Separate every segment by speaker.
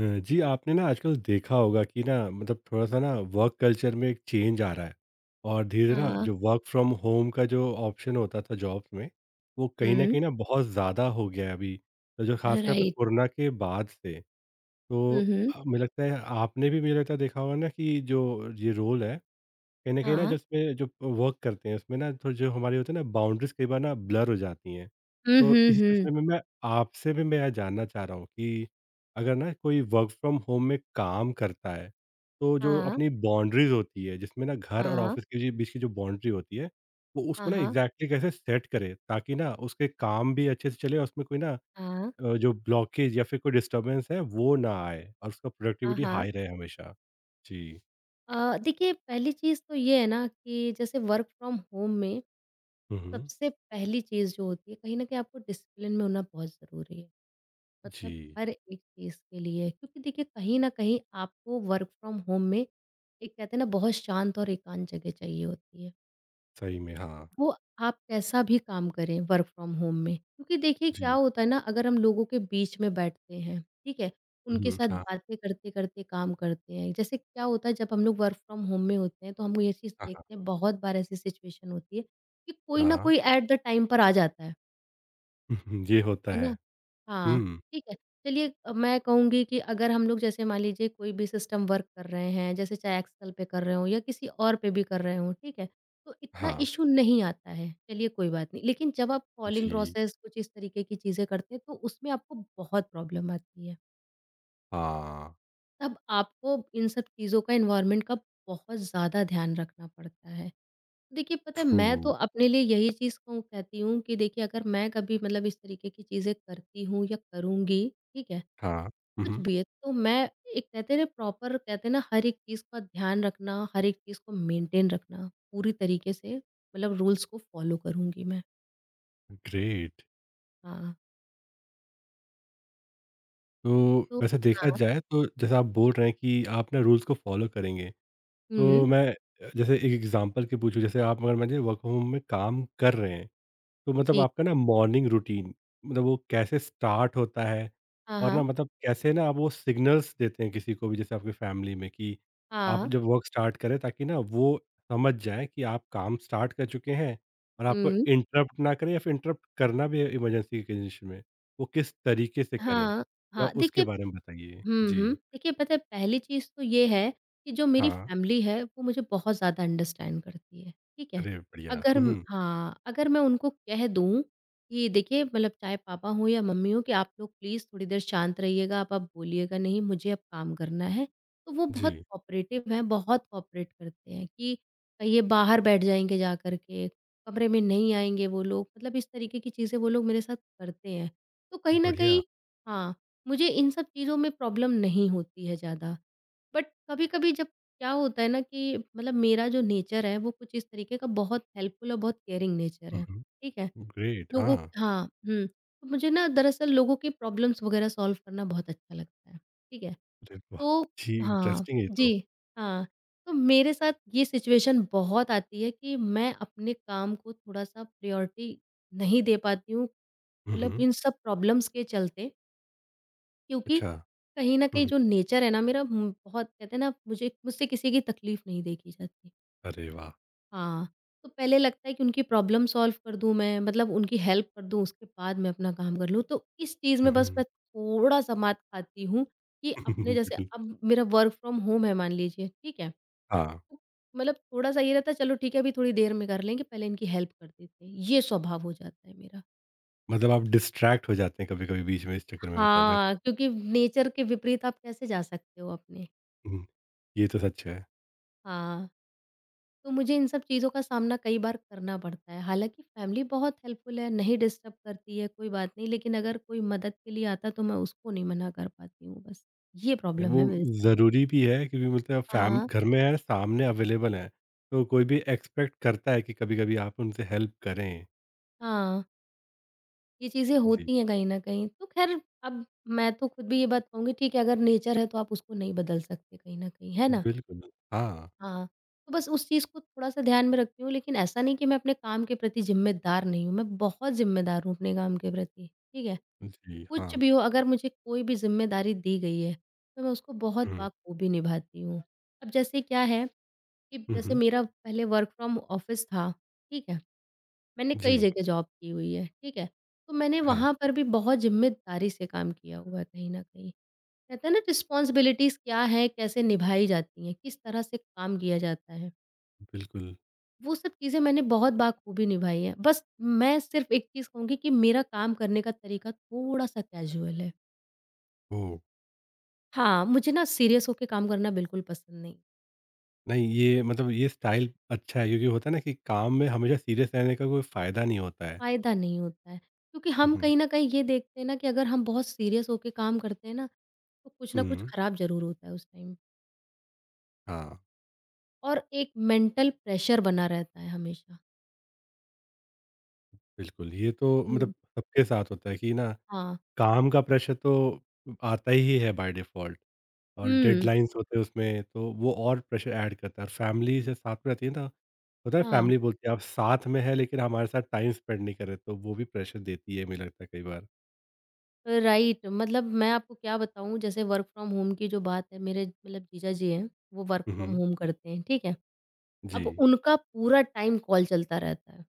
Speaker 1: जी आपने ना आजकल देखा होगा कि ना मतलब थोड़ा-सा ना वर्क कल्चर में एक चेंज आ रहा है और धीरे-धीरे ना
Speaker 2: हाँ,
Speaker 1: जो वर्क फ्रॉम होम का जो ऑप्शन होता था जॉब्स में, वो कहीं न
Speaker 2: हुँ,
Speaker 1: कहीं ना बहुत ज़्यादा हो गया है अभी। तो जो ख़ासकर पे
Speaker 2: राइट।
Speaker 1: कोरोना के बाद से, तो
Speaker 2: हुँ, हुँ,
Speaker 1: मुझे लगता है आपने भी मुझे लगता है देखा होगा ना कि जो ये रोल है कहीं न कहीं ना, जब
Speaker 2: हाँ।
Speaker 1: इसमें जो वर्क करते हैं, उसमें ना थोड़ी जो हमारी होती है ना, बाउंड्रीज़ कई बार ना ब्लर हो जाती हैं।
Speaker 2: हुँ,
Speaker 1: तो
Speaker 2: हुँ,
Speaker 1: इसी
Speaker 2: हुँ।
Speaker 1: सिलसिले में मैं आपसे भी मैं यह जानना चाह रहा हूँ कि अगर ना कोई वर्क फ्रॉम होम में काम करता है, तो जो
Speaker 2: हाँ,
Speaker 1: अपनी बाउंड्रीज़ होती है, जिसमें ना घर और
Speaker 2: हाँ,
Speaker 1: ऑफ़िस के जी बीच की जो बाउंड्री होती है, वो
Speaker 2: हाँ,
Speaker 1: उसको ना
Speaker 2: हाँ,
Speaker 1: एग्ज़ैक्टली कैसे सेट करे, ताकि ना उसके काम भी अच्छे से चले और उसमें कोई ना
Speaker 2: हाँ,
Speaker 1: जो ब्लॉकेज या फिर कोई डिस्टर्बेंस है, वो ना आए और उसका
Speaker 2: हाँ,
Speaker 1: प्रोडक्टिविटी
Speaker 2: हाँ।
Speaker 1: हाई रहे हमेशा? जी।
Speaker 2: देखिए पहली चीज़ तो ये है ना कि जैसे वर्क फ्रॉम होम में
Speaker 1: हुँ, हुँ।
Speaker 2: सबसे पहली चीज़ जो होती है कहीं न कहीं आपको डिसिप्लिन में होना बहुत ज़रूरी है। मतलब
Speaker 1: जी।
Speaker 2: हर एक चीज़ के लिए, क्योंकि देखिए कहीं न कहीं आपको वर्क फ्रॉम होम में एक कहते हैं ना बहुत शांत और एकांत जगह चाहिए होती है।
Speaker 1: सही में, हाँ।
Speaker 2: वो आप कैसा भी काम करें वर्क फ्रॉम होम में, क्योंकि देखिए क्या
Speaker 1: जी।
Speaker 2: होता है ना, अगर हम लोगों के बीच में बैठते हैं, ठीक है, उनके
Speaker 1: हुँ,
Speaker 2: साथ
Speaker 1: हाँ,
Speaker 2: बातें करते करते काम करते हैं, जैसे क्या होता है जब हम लोग वर्क फ्रॉम होम में होते हैं तो हम ये चीज़
Speaker 1: हाँ,
Speaker 2: देखते हैं, बहुत बार ऐसी सिचुएशन होती है कि कोई
Speaker 1: हाँ,
Speaker 2: ना
Speaker 1: हाँ।
Speaker 2: कोई एट द टाइम पर आ जाता है
Speaker 1: हुँ, हुँ, ये होता
Speaker 2: है
Speaker 1: है।
Speaker 2: ना? हाँ,
Speaker 1: हुँ,
Speaker 2: ठीक है। चलिए मैं कहूँगी कि अगर हम लोग जैसे मान लीजिए कोई भी सिस्टम वर्क कर रहे हैं, जैसे चाहे एक्सेल पे कर रहे हों या किसी और पे भी कर रहे हों, ठीक है? तो इतना
Speaker 1: हाँ,
Speaker 2: इश्यू नहीं आता है, चलिए कोई बात नहीं। लेकिन जब आप कॉलिंग
Speaker 1: जी,
Speaker 2: प्रोसेस कुछ इस तरीके की चीज़ें करते हैं, तो उसमें आपको बहुत प्रॉब्लम आती है।
Speaker 1: हाँ,
Speaker 2: तब आपको इन सब चीज़ों का एनवायरनमेंट का बहुत ज़्यादा ध्यान रखना पड़ता है। देखिए पता है,
Speaker 1: ट्रू,
Speaker 2: मैं तो अपने लिए यही चीज़ कहूँ कहती हूँ कि देखिए अगर मैं कभी मतलब इस तरीके की चीज़ें करती हूँ या करूँगी, ठीक है?
Speaker 1: हाँ। हुँ,
Speaker 2: कुछ
Speaker 1: हुँ,
Speaker 2: भी है। तो मैं एक कहते हैं ना प्रॉपर कहते हैं ना हर एक चीज़ का ध्यान रखना, हर एक चीज़ को मेंटेन रखना, पूरी तरीके से मतलब रूल्स को फॉलो करूँगी मैं।
Speaker 1: ग्रेट।
Speaker 2: हाँ,
Speaker 1: तो
Speaker 2: तो
Speaker 1: वैसे देखा
Speaker 2: हाँ,
Speaker 1: जाए तो जैसा आप बोल रहे हैं कि आप ना रूल्स को फ़ॉलो करेंगे,
Speaker 2: हुँ,
Speaker 1: तो मैं जैसे एक एग्ज़ाम्पल के पूछूँ, जैसे आप अगर मान लीजिए वर्क फ्रॉम होम में काम कर रहे हैं, तो मतलब
Speaker 2: जी।
Speaker 1: आपका ना मॉर्निंग रूटीन मतलब वो कैसे स्टार्ट होता है?
Speaker 2: हाँ,
Speaker 1: और ना
Speaker 2: हाँ,
Speaker 1: मतलब कैसे ना आप वो सिग्नल्स देते हैं किसी को भी जैसे आपकी फैमिली में कि आप
Speaker 2: हाँ,
Speaker 1: जब वर्क स्टार्ट करें ताकि ना वो समझ जाएँ कि आप काम स्टार्ट कर चुके हैं और आपको
Speaker 2: हुँ,
Speaker 1: इंटरप्ट ना करें या फिर इंटरप्ट करना भी है इमरजेंसी की कंडीशन में, वो किस
Speaker 2: ठीक
Speaker 1: तरीके से करें?
Speaker 2: हाँ,
Speaker 1: थोड़ा
Speaker 2: हाँ।
Speaker 1: उसके
Speaker 2: देखिए
Speaker 1: बारे में बताइए?
Speaker 2: हुँ,
Speaker 1: जी।
Speaker 2: हुँ। देखिए पता है पहली चीज़ तो ये है कि जो मेरी
Speaker 1: हाँ।
Speaker 2: फ़ैमिली है वो मुझे बहुत ज़्यादा अंडरस्टैंड करती है, ठीक है?
Speaker 1: अरे बढ़िया!
Speaker 2: अगर
Speaker 1: हुँ,
Speaker 2: म
Speaker 1: हुँ।
Speaker 2: हाँ, अगर मैं उनको कह दूँ कि देखिए मतलब चाहे पापा हों या मम्मी हों कि आप लोग प्लीज़ थोड़ी देर शांत रहिएगा, आप अब बोलिएगा नहीं, मुझे अब काम करना है। तो वो बहुत
Speaker 1: जी।
Speaker 2: कोऑपरेटिव हैं, बहुत कोऑपरेट करते हैं कि ये बाहर बैठ जाएँगे जा कर के, कमरे में नहीं आएँगे वो लोग, मतलब इस तरीके की चीज़ें वो लोग मेरे साथ करते हैं। तो कहीं न
Speaker 1: बढ़िया।
Speaker 2: कहीं हाँ। मुझे इन सब चीज़ों में प्रॉब्लम नहीं होती है ज़्यादा। बट कभी-कभी जब क्या होता है ना कि मतलब मेरा जो नेचर है वो कुछ इस तरीके का बहुत हेल्पफुल और बहुत केयरिंग नेचर
Speaker 1: हुँ,
Speaker 2: है,
Speaker 1: हुँ।
Speaker 2: ठीक है?
Speaker 1: ग्रेट!
Speaker 2: लोगों
Speaker 1: हाँ।
Speaker 2: हाँ, हुँ। तो मुझे ना दरअसल लोगों की प्रॉब्लम्स वग़ैरह सॉल्व करना बहुत अच्छा लगता है, ठीक है?
Speaker 1: अरे वाह!
Speaker 2: तो
Speaker 1: जी,
Speaker 2: हाँ,
Speaker 1: इंटरेस्टिंग है ये तो।
Speaker 2: जी, हाँ। तो मेरे साथ ये सिचुएशन बहुत आती है कि मैं अपने काम को थोड़ा-सा प्रायोरिटी नहीं दे पाती हूँ,
Speaker 1: हुँ,
Speaker 2: मतलब
Speaker 1: हुँ।
Speaker 2: इन सब प्रॉब्लम्स के चलते। क्योंकि
Speaker 1: अच्छा।
Speaker 2: कहीं न
Speaker 1: हुँ,
Speaker 2: कहीं
Speaker 1: हुँ।
Speaker 2: जो नेचर है ना मेरा, बहुत कहते हैं ना, मुझे मुझसे किसी की तकलीफ़ नहीं देखी जाती।
Speaker 1: अरे वाह!
Speaker 2: हाँ, तो पहले लगता है कि उनकी प्रॉब्लम सॉल्व कर दूँ मैं, मतलब उनकी हेल्प कर दूँ उसके बाद मैं अपना काम कर लूँ। तो इस चीज़
Speaker 1: हुँ,
Speaker 2: में बस
Speaker 1: हुँ।
Speaker 2: मैं थोड़ा-सा मात खाती हूँ कि अपने जैसे
Speaker 1: बिल्कुल,
Speaker 2: अब मेरा वर्क फ्रॉम होम है, मान लीजिए, ठीक है?
Speaker 1: हाँ,
Speaker 2: तो मतलब थोड़ा-सा ये रहता है, चलो ठीक है, अभी थोड़ी देर में कर लेंगे, पहले इनकी हेल्प कर देते हैं। ये स्वभाव हो जाता है मेरा।
Speaker 1: मतलब आप डिस्ट्रैक्ट हो जाते हैं कभी-कभी बीच में इस चक्कर में बताना।
Speaker 2: हाँ, क्योंकि नेचर के विपरीत आप कैसे जा सकते हो अपने?
Speaker 1: हुँ, ये तो सच है।
Speaker 2: हाँ। तो मुझे इन सब चीज़ों का सामना कई बार करना पड़ता है। हालाँकि फैमिली बहुत हेल्पफुल है, नहीं डिस्टर्ब करती है, कोई बात नहीं, लेकिन अगर कोई मदद के लिए आता है तो मैं उसको नहीं मना कर पाती हूँ बस। ये प्रॉब्लम
Speaker 1: वो
Speaker 2: है मेरे साथ।
Speaker 1: ज़रूरी भी है क्योंकि मतलब आप फैम
Speaker 2: हाँ,
Speaker 1: घर में है, सामने अवेलेबल हैं, तो कोई भी एक्सपेक्ट करता है कि कभी-कभी आप उनसे हेल्प करें।
Speaker 2: हाँ, ये चीज़ें
Speaker 1: जी,
Speaker 2: होती हैं कहीं न कहीं। तो ख़ैर अब मैं तो खुद भी ये बात कहूँगी, ठीक है, अगर नेचर है तो आप उसको नहीं बदल सकते कहीं न कहीं, है ना?
Speaker 1: बिल्कुल, हाँ।
Speaker 2: हाँ, तो बस उस चीज़ को थोड़ा-सा ध्यान में रखती हूँ, लेकिन ऐसा नहीं कि मैं अपने काम के प्रति ज़िम्मेदार नहीं हूँ, मैं बहुत ज़िम्मेदार हूँ अपने काम के प्रति, ठीक है?
Speaker 1: जी,
Speaker 2: कुछ
Speaker 1: हाँ।
Speaker 2: भी हो, अगर मुझे कोई भी ज़िम्मेदारी दी गई है, तो मैं उसको बहुत
Speaker 1: हुँ,
Speaker 2: बाखूबी निभाती हूँ। अब जैसे क्या है कि
Speaker 1: हुँ,
Speaker 2: जैसे
Speaker 1: हुँ।
Speaker 2: मेरा पहले वर्क फ्रॉम ऑफ़िस था, ठीक है? मैंने कई
Speaker 1: जी,
Speaker 2: जगह जॉब की हुई है, ठीक है? तो मैंने
Speaker 1: हाँ,
Speaker 2: वहाँ पर भी बहुत ज़िम्मेदारी से काम किया हुआ है कहीं न कहीं। कहते हैं ना रिस्पॉन्सिबिलिटीज़ क्या है, कैसे निभाई जाती हैं, किस तरह से काम किया जाता है,
Speaker 1: बिल्कुल।
Speaker 2: वो सब चीज़ें मैंने बहुत बाखूबी निभाई हैं। बस मैं सिर्फ़ एक चीज़ कहूँगी कि मेरा काम करने का तरीका थोड़ा-सा कैज़ुअल है।
Speaker 1: ओह!
Speaker 2: हाँ, मुझे ना सीरियस होके काम करना बिल्कुल पसंद नहीं,
Speaker 1: नहीं ये मतलब ये स्टाइल अच्छा है क्योंकि होता है ना कि काम में हमेशा सीरियस रहने का कोई फ़ायदा नहीं होता है।
Speaker 2: फ़ायदा नहीं होता है। क्योंकि
Speaker 1: हुँ,
Speaker 2: हम
Speaker 1: हुँ।
Speaker 2: कहीं न कहीं ये देखते हैं ना कि अगर हम बहुत सीरियस होके काम करते हैं ना, तो कुछ ना कुछ
Speaker 1: हुँ।
Speaker 2: खराब ज़रूर होता है उस टाइम,
Speaker 1: हाँ,
Speaker 2: और एक मेंटल प्रेशर बना रहता है हमेशा।
Speaker 1: बिल्कुल, ये तो
Speaker 2: हुँ।
Speaker 1: मतलब सबके साथ होता है कि ना
Speaker 2: हाँ।
Speaker 1: काम का प्रेशर तो आता ही है बाय डिफ़ॉल्ट और
Speaker 2: हुँ,
Speaker 1: डेडलाइन्स होते हैं उसमें तो वो और प्रेशर ऐड करता है और फैमिली से साथ में रहती है ना, होता है
Speaker 2: हाँ,
Speaker 1: फैमिली बोलती है आप साथ में हैं लेकिन हमारे साथ टाइम स्पेंड नहीं कर रहे तो वो भी प्रेशर देती है मुझे लगता है कई बार।
Speaker 2: राइट, मतलब मैं आपको क्या बताऊँ, जैसे वर्क फ्रॉम होम की जो बात है, मेरे मतलब जीजा जी हैं, वो वर्क
Speaker 1: हुँ,
Speaker 2: फ्रॉम
Speaker 1: हुँ।
Speaker 2: होम करते हैं, ठीक है?
Speaker 1: जी।
Speaker 2: अब उनका पूरा टाइम कॉल चलता रहता है।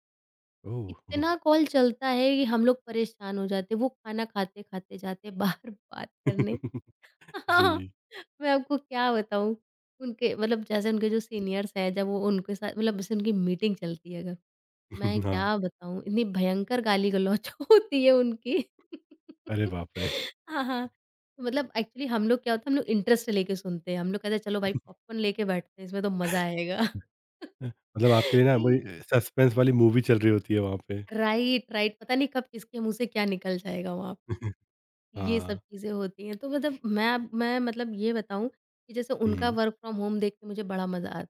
Speaker 1: ओह!
Speaker 2: इतना कॉल चलता है कि हम लोग परेशान हो जाते हैं, वो खाना खाते-खाते जाते हैं बाहर बात करने। हाँ,
Speaker 1: जी।
Speaker 2: मैं आपको क्या बताऊँ, उनके मतलब जैसे उनके जो सीनियर्स हैं, जब वो उनके साथ मतलब जैसे उनकी मीटिंग चलती है अगर, मैं
Speaker 1: हाँ।
Speaker 2: क्या बताऊँ, इतनी भयंकर गाली-गलौच होती है उनकी।
Speaker 1: अरे बाप रे!
Speaker 2: हाँ, हाँ, तो मतलब एक्चुअली हम लोग क्या होता है, हम लोग इंटरेस्ट लेके सुनते हैं, हम लोग कहते हैं, "चलो भाई, पॉपकॉर्न लेके बैठते हैं, इसमें तो मज़ा आएगा।"
Speaker 1: मतलब आपके लिए ना
Speaker 2: ई
Speaker 1: वही सस्पेंस वाली मूवी चल रही होती है वहाँ पे।
Speaker 2: राइट, राइट, पता नहीं कब किसके मुँह से क्या निकल जाएगा वहाँ, ये सब
Speaker 1: हाँ।
Speaker 2: चीज़ें होती हैं। तो मतलब मैं मतलब ये बताऊँ कि जैसे उनका
Speaker 1: हुँ।
Speaker 2: वर्क फ्रॉम होम देख के मुझे बड़ा मज़ा आता है।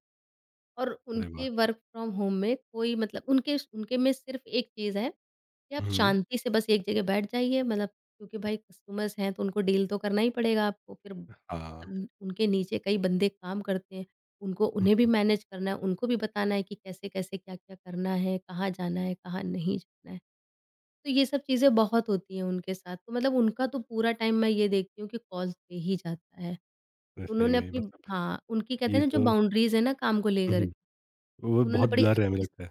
Speaker 2: और
Speaker 1: अरे वाह!
Speaker 2: उनके वर्क फ्रॉम होम में कोई मतलब उनके उनके में सिर्फ़ एक चीज़ है कि आप
Speaker 1: हुँ।
Speaker 2: शांति से बस एक जगह बैठ जाइए, मतलब क्योंकि भाई कस्टमर्स हैं तो उनको डील तो करना ही पड़ेगा आपको। फिर
Speaker 1: हाँ।
Speaker 2: उन उनके नीचे कई बंदे काम करते हैं। उनको उन्हें भी
Speaker 1: हुँ,
Speaker 2: मैनेज करना है, उनको भी बताना है कि कैसे-कैसे, क्या-क्या करना है, कहाँ जाना है, कहाँ नहीं जाना है। तो ये सब चीज़ें बहुत होती हैं उनके साथ, तो मतलब उनका तो पूरा टाइम मैं ये देखती हूँ कि कॉल्स पे ही जाता है।
Speaker 1: हुँ।
Speaker 2: तो
Speaker 1: सही
Speaker 2: उन्होंने
Speaker 1: में
Speaker 2: अपनी
Speaker 1: मतलब
Speaker 2: हाँ, उनकी कहते
Speaker 1: ये
Speaker 2: हैं ना जो
Speaker 1: तो
Speaker 2: बाउंड्रीज़ है ना काम को
Speaker 1: हुँ,
Speaker 2: लेकर के,
Speaker 1: हुँ, वो
Speaker 2: उन्होंने
Speaker 1: बहुत
Speaker 2: बड़ी
Speaker 1: ब्लर है हमें
Speaker 2: अच्छी
Speaker 1: लगता है।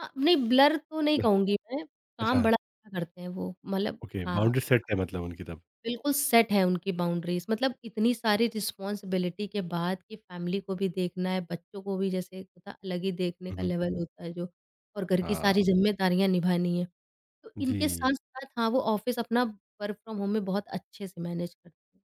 Speaker 2: हाँ, नहीं ब्लर तो नहीं कहूँगी मैं, काम
Speaker 1: अच्छा,
Speaker 2: बड़ा अच्छा करते हैं वो, मतलब
Speaker 1: ओके
Speaker 2: हाँ, हाँ,
Speaker 1: बाउंड्री सेट है मतलब उनकी तब।
Speaker 2: बिल्कुल सेट है उनकी बाउंड्रीज़, मतलब इतनी सारी रिस्पॉन्सिबिलिटी के बाद कि फैमिली को भी देखना है, बच्चों को भी, जैसे एक होता है अलग ही देखने
Speaker 1: हुँ,
Speaker 2: का
Speaker 1: हुँ।
Speaker 2: लेवल होता है जो, और घर की
Speaker 1: हाँ,
Speaker 2: सारी ज़िम्मेदारियाँ निभानी है। तो इनके
Speaker 1: जी,
Speaker 2: साथ-साथ हाँ, वो ऑफ़िस अपना वर्क फ्रॉम होम में बहुत अच्छे से मैनेज करती हैं।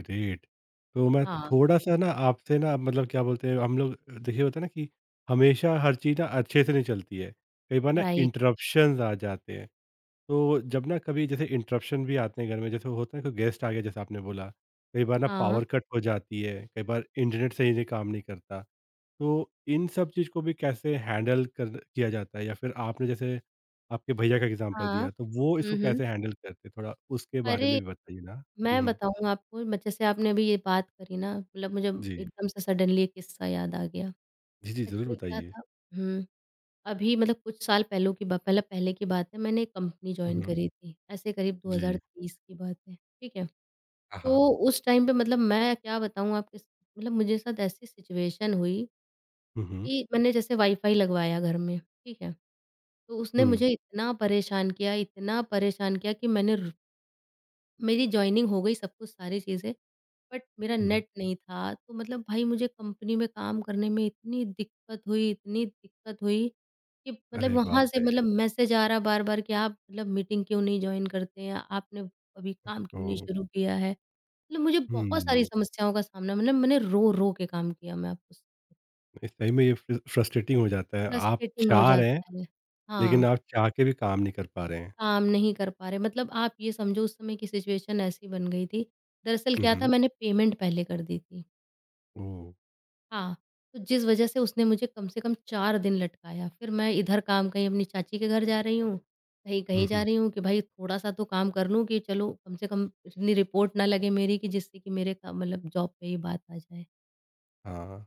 Speaker 1: ग्रेट। तो मैं
Speaker 2: हाँ,
Speaker 1: थोड़ा-सा ना आपसे ना मतलब क्या बोलते हैं हम लोग देखिए होता है ना कि हमेशा हर चीज़ ना अच्छे से नहीं चलती है। कई बार ना
Speaker 2: राइट।
Speaker 1: इंटरप्शंस आ जाते हैं। तो जब ना कभी जैसे इंटरप्शन भी आते हैं घर में, जैसे होता है कोई गेस्ट आ गया जैसे आपने बोला, कई बार ना
Speaker 2: हाँ,
Speaker 1: पावर कट हो जाती है, कई बार इंटरनेट सही से काम नहीं करता। तो इन सब चीज़ को भी कैसे हैंडल कर किया जाता है या फिर आपने जैसे आपके भैया का एग्ज़ाम्पल
Speaker 2: हाँ।
Speaker 1: दिया तो वो
Speaker 2: हुँ,
Speaker 1: इसको
Speaker 2: हुँ।
Speaker 1: कैसे हैंडल करते हैं? थोड़ा उसके बारे
Speaker 2: अरे!
Speaker 1: में भी बताइए ना?
Speaker 2: मैं
Speaker 1: हुँ,
Speaker 2: बताऊँ आपको म जैसे आपने अभी ये बात करी ना, मतलब मुझे
Speaker 1: जी।
Speaker 2: एकदम से सडनली एक किस्सा याद आ गया।
Speaker 1: जी, जी, ज़रूर
Speaker 2: एक्चुअली क्या
Speaker 1: बताइए।
Speaker 2: था, हुँ, अभी मतलब कुछ साल पहलों की बा मतलब पहले की बात है, मैंने एक कंपनी
Speaker 1: हुँ,
Speaker 2: जॉइन
Speaker 1: हुँ।
Speaker 2: करी थी। ऐसे करीब
Speaker 1: जी।
Speaker 2: 2023 की बात है, ठीक है?
Speaker 1: हाँ, हाँ।
Speaker 2: तो उस टाइम पे मतलब मैं क्या बताऊँ, आपके स मतलब मुझे साथ ऐसी सिचुएशन हुई
Speaker 1: हुँ, हुँ।
Speaker 2: कि मैंने जैसे वाईफ़ाई लगवाया घर में, ठीक है? तो उसने
Speaker 1: हुँ,
Speaker 2: मुझे इतना परेशान किया कि मैंने र मेरी जॉइनिंग हो गई सब कुछ सारी चीज़ें, बट मेरा
Speaker 1: हुँ।
Speaker 2: नेट नहीं था। तो मतलब भाई मुझे कंपनी में काम करने में इतनी दिक्कत हुई कि मतलब
Speaker 1: अरे बाप
Speaker 2: वहाँ से
Speaker 1: रे!
Speaker 2: मतलब मैसेज आ रहा बार-बार कि आप मतलब मीटिंग क्यों नहीं जॉइन करते हैं? आपने अभी काम क्यों नहीं
Speaker 1: ओह!
Speaker 2: शुरू किया है? मतलब मुझे बहुत सारी
Speaker 1: हुँ,
Speaker 2: समस्याओं का सामना मतलब मैंने रो-रो के काम किया मैं आपको
Speaker 1: ये सही में ये फ्र फ्रस्ट्रेटिंग हो जाता है। आप
Speaker 2: फ्रस्ट्रेटिंग हो
Speaker 1: चाह रहे हैं,
Speaker 2: जाता है।
Speaker 1: लेकिन
Speaker 2: हाँ।
Speaker 1: आप चाह के भी काम नहीं कर पा रहे हैं।
Speaker 2: काम नहीं कर पा रहे मतलब आप ये समझो उस समय की सिचुएशन ऐसी बन गई थी। दरअसल
Speaker 1: हुँ,
Speaker 2: क्या था
Speaker 1: हुँ।
Speaker 2: मैंने पेमेंट पहले कर दी थी।
Speaker 1: ओह!
Speaker 2: हाँ, तो जिस वज़ह से उसने मुझे कम से कम 4 दिन लटकाया। फिर मैं इधर काम कहीं अपनी चाची के घर जा रही हूँ, कहीं
Speaker 1: हुँ,
Speaker 2: कहीं जा
Speaker 1: हुँ।
Speaker 2: रही हूँ कि भाई थोड़ा-सा तो काम कर लूँ कि चलो कम से कम इतनी रिपोर्ट ना लगे मेरी कि जिससे कि मेरे का मतलब जॉब पे ही बात आ जाए।
Speaker 1: हाँ,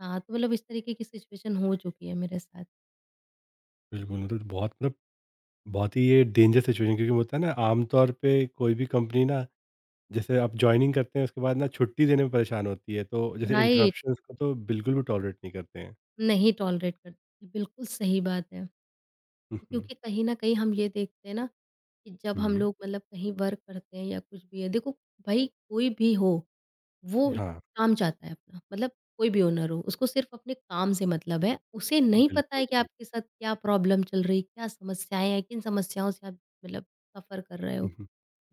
Speaker 2: हाँ, तो मतलब इस तरीके की सिचुएशन हो चुकी है मेरे साथ।
Speaker 1: बिल्कुल मतलब बहुत ही ये डेंजर सिचुएशन क्योंकि होता है ना आमतौर पे कोई भी कंपनी ना जैसे आप जॉइनिंग करते हैं उसके बाद ना छुट्टी देने में परेशान होती है तो जैसे
Speaker 2: राइट,
Speaker 1: इंटरप्शंस को तो बिल्कुल भी टॉलरेट नहीं करते हैं।
Speaker 2: नहीं टॉलरेट करती। बिल्कुल सही बात है।
Speaker 1: हुँ, हुँ,
Speaker 2: क्योंकि कहीं न कहीं हम ये देखते हैं ना, कि जब हम
Speaker 1: हुँ।
Speaker 2: लोग मतलब कहीं वर्क करते हैं या कुछ भी है, देखो भाई कोई भी हो, वो
Speaker 1: हाँ,
Speaker 2: काम चाहता है अपना, मतलब कोई भी ओनर हो, उसको सिर्फ़ अपने काम से मतलब है। उसे नहीं पता है
Speaker 1: बिल्कुल।
Speaker 2: कि आपके साथ क्या प्रॉब्लम चल रही, क्या समस्याएँ हैं, किन समस्याओं से आप मतलब सफ़र कर रहे
Speaker 1: हुँ,
Speaker 2: हो,
Speaker 1: हुँ।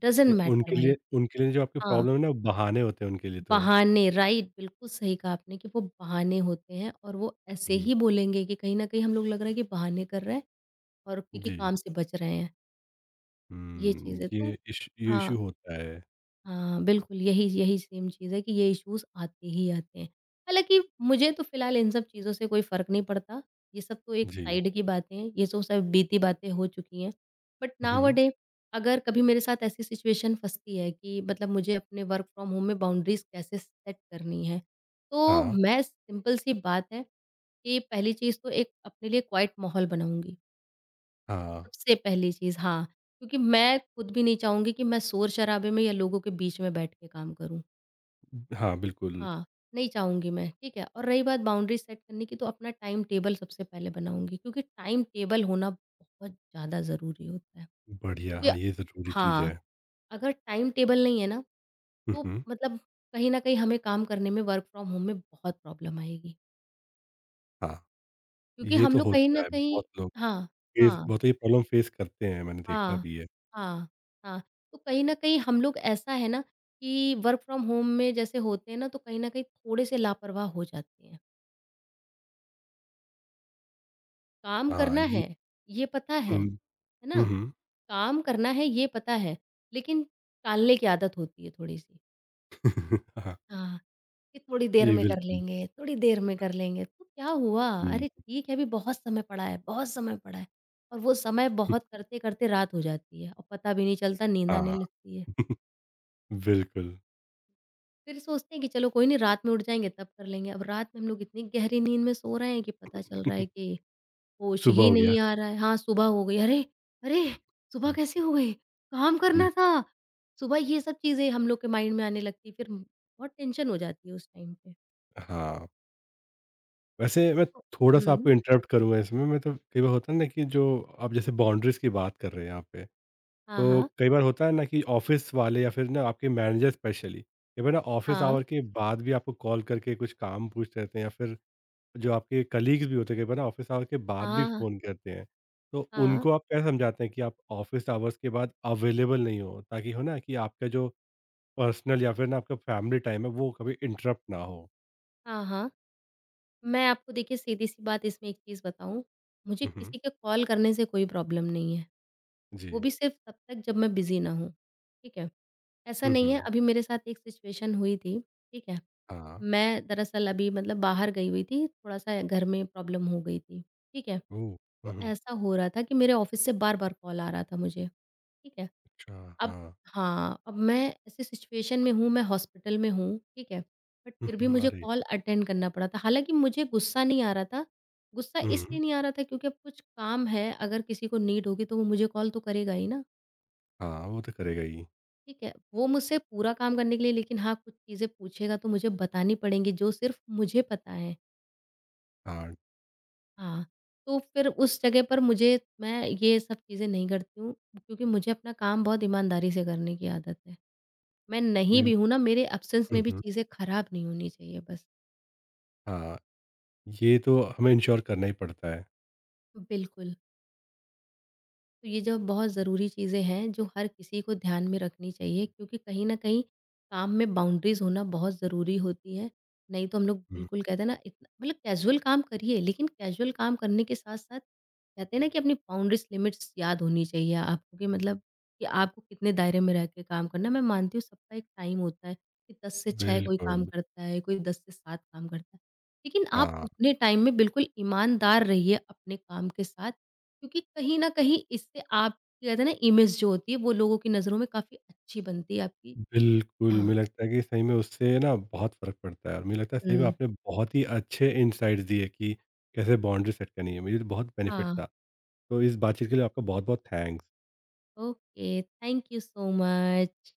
Speaker 2: डज़न्ट
Speaker 1: नहीं,
Speaker 2: मैटर भाई।
Speaker 1: उनके लिए जो आपकी
Speaker 2: हाँ,
Speaker 1: प्रॉब्लम है ना बहाने होते हैं उनके लिए तो।
Speaker 2: बहाने राइट, बिल्कुल सही कहा आपने कि वो बहाने होते हैं और वो ऐसे
Speaker 1: हुँ,
Speaker 2: ही बोलेंगे कि कहीं न कहीं हम लोग लग रहा है कि बहाने कर रहे हैं और क्योंकि
Speaker 1: जी।
Speaker 2: काम से बच रहे हैं। ये
Speaker 1: हुँ,
Speaker 2: चीज़ है तो
Speaker 1: ये इश्यू
Speaker 2: हाँ,
Speaker 1: होता है।
Speaker 2: हाँ, बिल्कुल यही यही सेम चीज़ है कि ये इश्यूज़ आते ही आते हैं। हालाँकि मुझे तो फ़िलहाल इन सब चीज़ों से कोई फ़र्क नहीं पड़ता, ये सब तो एक
Speaker 1: जी।
Speaker 2: साइड की बातें हैं, ये तो सब बीती बातें हो चुकी हैं। बट नाउ अ
Speaker 1: हुँ,
Speaker 2: डे अगर कभी मेरे साथ ऐसी सिचुएशन फँसती है कि मतलब मुझे अपने वर्क फ्रॉम होम में बाउंड्रीज़ कैसे सेट करनी है, तो
Speaker 1: हाँ,
Speaker 2: मैं सिंपल सी बात है कि पहली चीज़ तो एक अपने लिए क्वाइट माहौल बनाऊँगी।
Speaker 1: हाँ।
Speaker 2: सबसे पहली चीज़ हाँ, क्योंकि मैं खुद भी नहीं चाहूँगी कि मैं शोर-शराबे में या लोगों के बीच में बैठ के काम करूँ।
Speaker 1: हाँ, बिल्कुल।
Speaker 2: हाँ, नहीं चाहूँगी मैं, ठीक है? और रही बात बाउंड्री सेट करने की तो अपना टाइम टेबल सबसे पहले बनाऊँगी क्योंकि टाइम टेबल होना बहुत ज़्यादा ज़रूरी होता है।
Speaker 1: बढ़िया, हाँ,
Speaker 2: क्योंकि
Speaker 1: ये ज़रूरी चीज़
Speaker 2: हाँ,
Speaker 1: है।
Speaker 2: अगर टाइम टेबल नहीं है ना,
Speaker 1: हुँ,
Speaker 2: तो
Speaker 1: हुँ।
Speaker 2: मतलब कहीं न कहीं हमें काम करने में वर्क फ्रॉम होम में बहुत प्रॉब्लम आएगी।
Speaker 1: हाँ,
Speaker 2: क्योंकि
Speaker 1: ये
Speaker 2: हम
Speaker 1: तो
Speaker 2: लोग कहीं
Speaker 1: होता
Speaker 2: न
Speaker 1: है
Speaker 2: कहीं
Speaker 1: बहुत लोग
Speaker 2: हाँ,
Speaker 1: फेस
Speaker 2: हाँ।
Speaker 1: बहुत ये प्रॉब्लम फेस करते हैं, मैंने देखा
Speaker 2: हाँ,
Speaker 1: भी है।
Speaker 2: हाँ, हाँ। तो कहीं न कहीं हम लोग ऐसा है ना कि वर्क फ्रॉम होम में जैसे होते हैं ना तो कहीं न कहीं थोड़े-से लापरवाह हो जाते हैं। काम
Speaker 1: हाँ,
Speaker 2: करना
Speaker 1: ये
Speaker 2: है, ये पता
Speaker 1: हुँ,
Speaker 2: है ना?
Speaker 1: हुँ, हुँ।
Speaker 2: काम करना है ये पता है, लेकिन टालने की आदत होती है थोड़ी-सी।
Speaker 1: हाँ,
Speaker 2: हाँ, कि थोड़ी देर
Speaker 1: ये
Speaker 2: में कर
Speaker 1: बिल्कुल।
Speaker 2: लेंगे, थोड़ी देर में कर लेंगे। तो क्या हुआ?
Speaker 1: हुँ,
Speaker 2: अरे ठीक है अभी बहुत समय पड़ा है, बहुत समय पड़ा है और वो समय बहुत करते-करते रात हो जाती है और पता भी नहीं चलता, नींद आने
Speaker 1: हाँ,
Speaker 2: लगती है।
Speaker 1: बिल्कुल।
Speaker 2: फिर सोचते हैं कि चलो कोई नहीं रात में उठ जाएँगे तब कर लेंगे। अब रात में हम लोग इतनी गहरी नींद में सो रहे हैं कि पता चल रहा है कि होश
Speaker 1: सुबह
Speaker 2: ही
Speaker 1: हो गया।
Speaker 2: नहीं आ रहा है। हाँ, सुबह हो गई अरे! अरे! सुबह
Speaker 1: हुँ,
Speaker 2: कैसे हो गई? काम
Speaker 1: हुँ,
Speaker 2: करना था। सुबह ये सब चीज़ें हम लोग के माइंड में आने लगती है फिर बहुत टेंशन हो जाती है उस टाइम पे।
Speaker 1: हाँ। वैसे मैं
Speaker 2: तो
Speaker 1: थोड़ा-सा
Speaker 2: हुँ।
Speaker 1: आपको इंटरप्ट करूँगा इसमें, मतलब कई बार होता है ना कि जो आप जैसे बाउंड्रीज़ की बात कर रहे हैं यहाँ पे,
Speaker 2: हाँ,
Speaker 1: तो
Speaker 2: हाँ।
Speaker 1: कई बार होता है ना कि ऑफ़िस वाले या फिर ना आपके मैनेजर स्पेशली, कई बार ना ऑफ़िस
Speaker 2: हाँ,
Speaker 1: आवर के बाद भी आपको कॉल करके कुछ काम पूछ रहे थे या फिर जो आपके कलीग्स भी होते हैं कई बार ना ऑफ़िस आवर के बाद भी
Speaker 2: हाँ,
Speaker 1: फ़ोन करते हैं, तो
Speaker 2: हाँ,
Speaker 1: उनको आप क्या समझाते हैं कि आप ऑफ़िस आवर्स के बाद अवेलेबल नहीं हो? ताकि हो ना कि आपका जो पर्सनल या फिर ना आपका फैमिली टाइम है वो कभी इंटरप्ट ना हो?
Speaker 2: हाँ, हाँ। मैं आपको देखिए सीधी-सी बात इसमें एक चीज़ बताऊँ, मुझे
Speaker 1: हुँ, हुँ।
Speaker 2: किसी के कॉल करने से कोई प्रॉब्लम नहीं है। वो
Speaker 1: जी।
Speaker 2: भी सिर्फ़ तब तक जब मैं बिज़ी ना हूँ। ठीक है? ऐसा
Speaker 1: हुँ,
Speaker 2: नहीं है,
Speaker 1: हुँ।
Speaker 2: अभी मेरे साथ एक सिचुएशन हुई थी, ठीक है?
Speaker 1: हाँ।
Speaker 2: मैं दरअसल अभी मतलब बाहर गई हुई थी, थोड़ा-सा घर में प्रॉब्लम हो गई थी, ठीक है?
Speaker 1: ओह! हुँ,
Speaker 2: तो
Speaker 1: हुँ।
Speaker 2: ऐसा हो रहा था कि मेरे ऑफ़िस से बार-बार कॉल आ रहा था मुझे, ठीक है?
Speaker 1: अच्छा,
Speaker 2: अब
Speaker 1: हाँ।
Speaker 2: हाँ, अब मैं ऐसी सिचुएशन में हूँ, मैं हॉस्पिटल में हूँ, ठीक है? बट
Speaker 1: हुँ,
Speaker 2: फिर भी
Speaker 1: हुँ,
Speaker 2: मुझे
Speaker 1: अरे!
Speaker 2: कॉल अटेंड करना पड़ा था, हालाँकि मुझे गुस्सा नहीं आ रहा था, गुस्सा
Speaker 1: हुँ।
Speaker 2: इसलिए नहीं आ रहा था क्योंकि अब कुछ काम है, अगर किसी को नीड होगी तो वो मुझे कॉल तो करेगा ही ना।
Speaker 1: हाँ, वो तो करेगा ही।
Speaker 2: ठीक है, वो मुझसे पूरा काम करने के लिए लेकिन हाँ, कुछ चीज़ें पूछेगा तो मुझे बतानी पड़ेंगी जो सिर्फ़ मुझे पता है।
Speaker 1: हाँ,
Speaker 2: हाँ, तो फिर उस जगह पर मुझे मैं ये सब चीज़ें नहीं करती हूँ क्योंकि मुझे अपना काम बहुत ईमानदारी से करने की आदत है। मैं नहीं
Speaker 1: नहीं
Speaker 2: भी हूँ ना, मेरे एब्सेंस
Speaker 1: हुँ,
Speaker 2: में भी
Speaker 1: हुँ।
Speaker 2: चीज़ें खराब नहीं होनी चाहिए बस।
Speaker 1: हाँ, ये तो हमें इंश्योर करना ही पड़ता है।
Speaker 2: बिल्कुल। तो ये जो बहुत ज़रूरी चीज़ें हैं जो हर किसी को ध्यान में रखनी चाहिए क्योंकि कहीं न कहीं काम में बाउंड्रीज़ होना बहुत ज़रूरी होती है। नहीं तो हम लोग
Speaker 1: हुँ,
Speaker 2: बिल्कुल कहते हैं ना इतना मतलब कैज़ुअल काम करिए लेकिन कैज़ुअल काम करने के साथ-साथ कहते हैं ना कि अपनी बाउंड्रीज़ लिमिट्स याद होनी चाहिए आपको कि मतलब कि आपको कितने दायरे में रह के काम करना है। मैं मानती हूँ सबका एक टाइम होता है कि 10 से 6 कोई काम
Speaker 1: बिल्कुल।
Speaker 2: करता है, कोई 10 से 7 काम करता है। लेकिन आप
Speaker 1: हाँ।
Speaker 2: उतने टाइम में बिल्कुल ईमानदार रहिए अपने काम के साथ क्योंकि कहीं न कहीं इससे आप कहते हैं ना इमेज जो होती है वो लोगों की नज़रों में काफ़ी अच्छी बनती है आपकी।
Speaker 1: बिल्कुल,
Speaker 2: हाँ।
Speaker 1: मुझे लगता है कि सही में उससे ना बहुत फ़र्क पड़ता है और मुझे लगता है सही में
Speaker 2: हुँ।
Speaker 1: आपने बहुत ही अच्छे इनसाइट्स दिए कि कैसे बाउंड्री सेट करनी है, मुझे तो बहुत बेनिफिट
Speaker 2: हाँ,
Speaker 1: था। तो इस बातचीत के लिए आपका बहुत-बहुत thanks.
Speaker 2: Okay, thank you so much.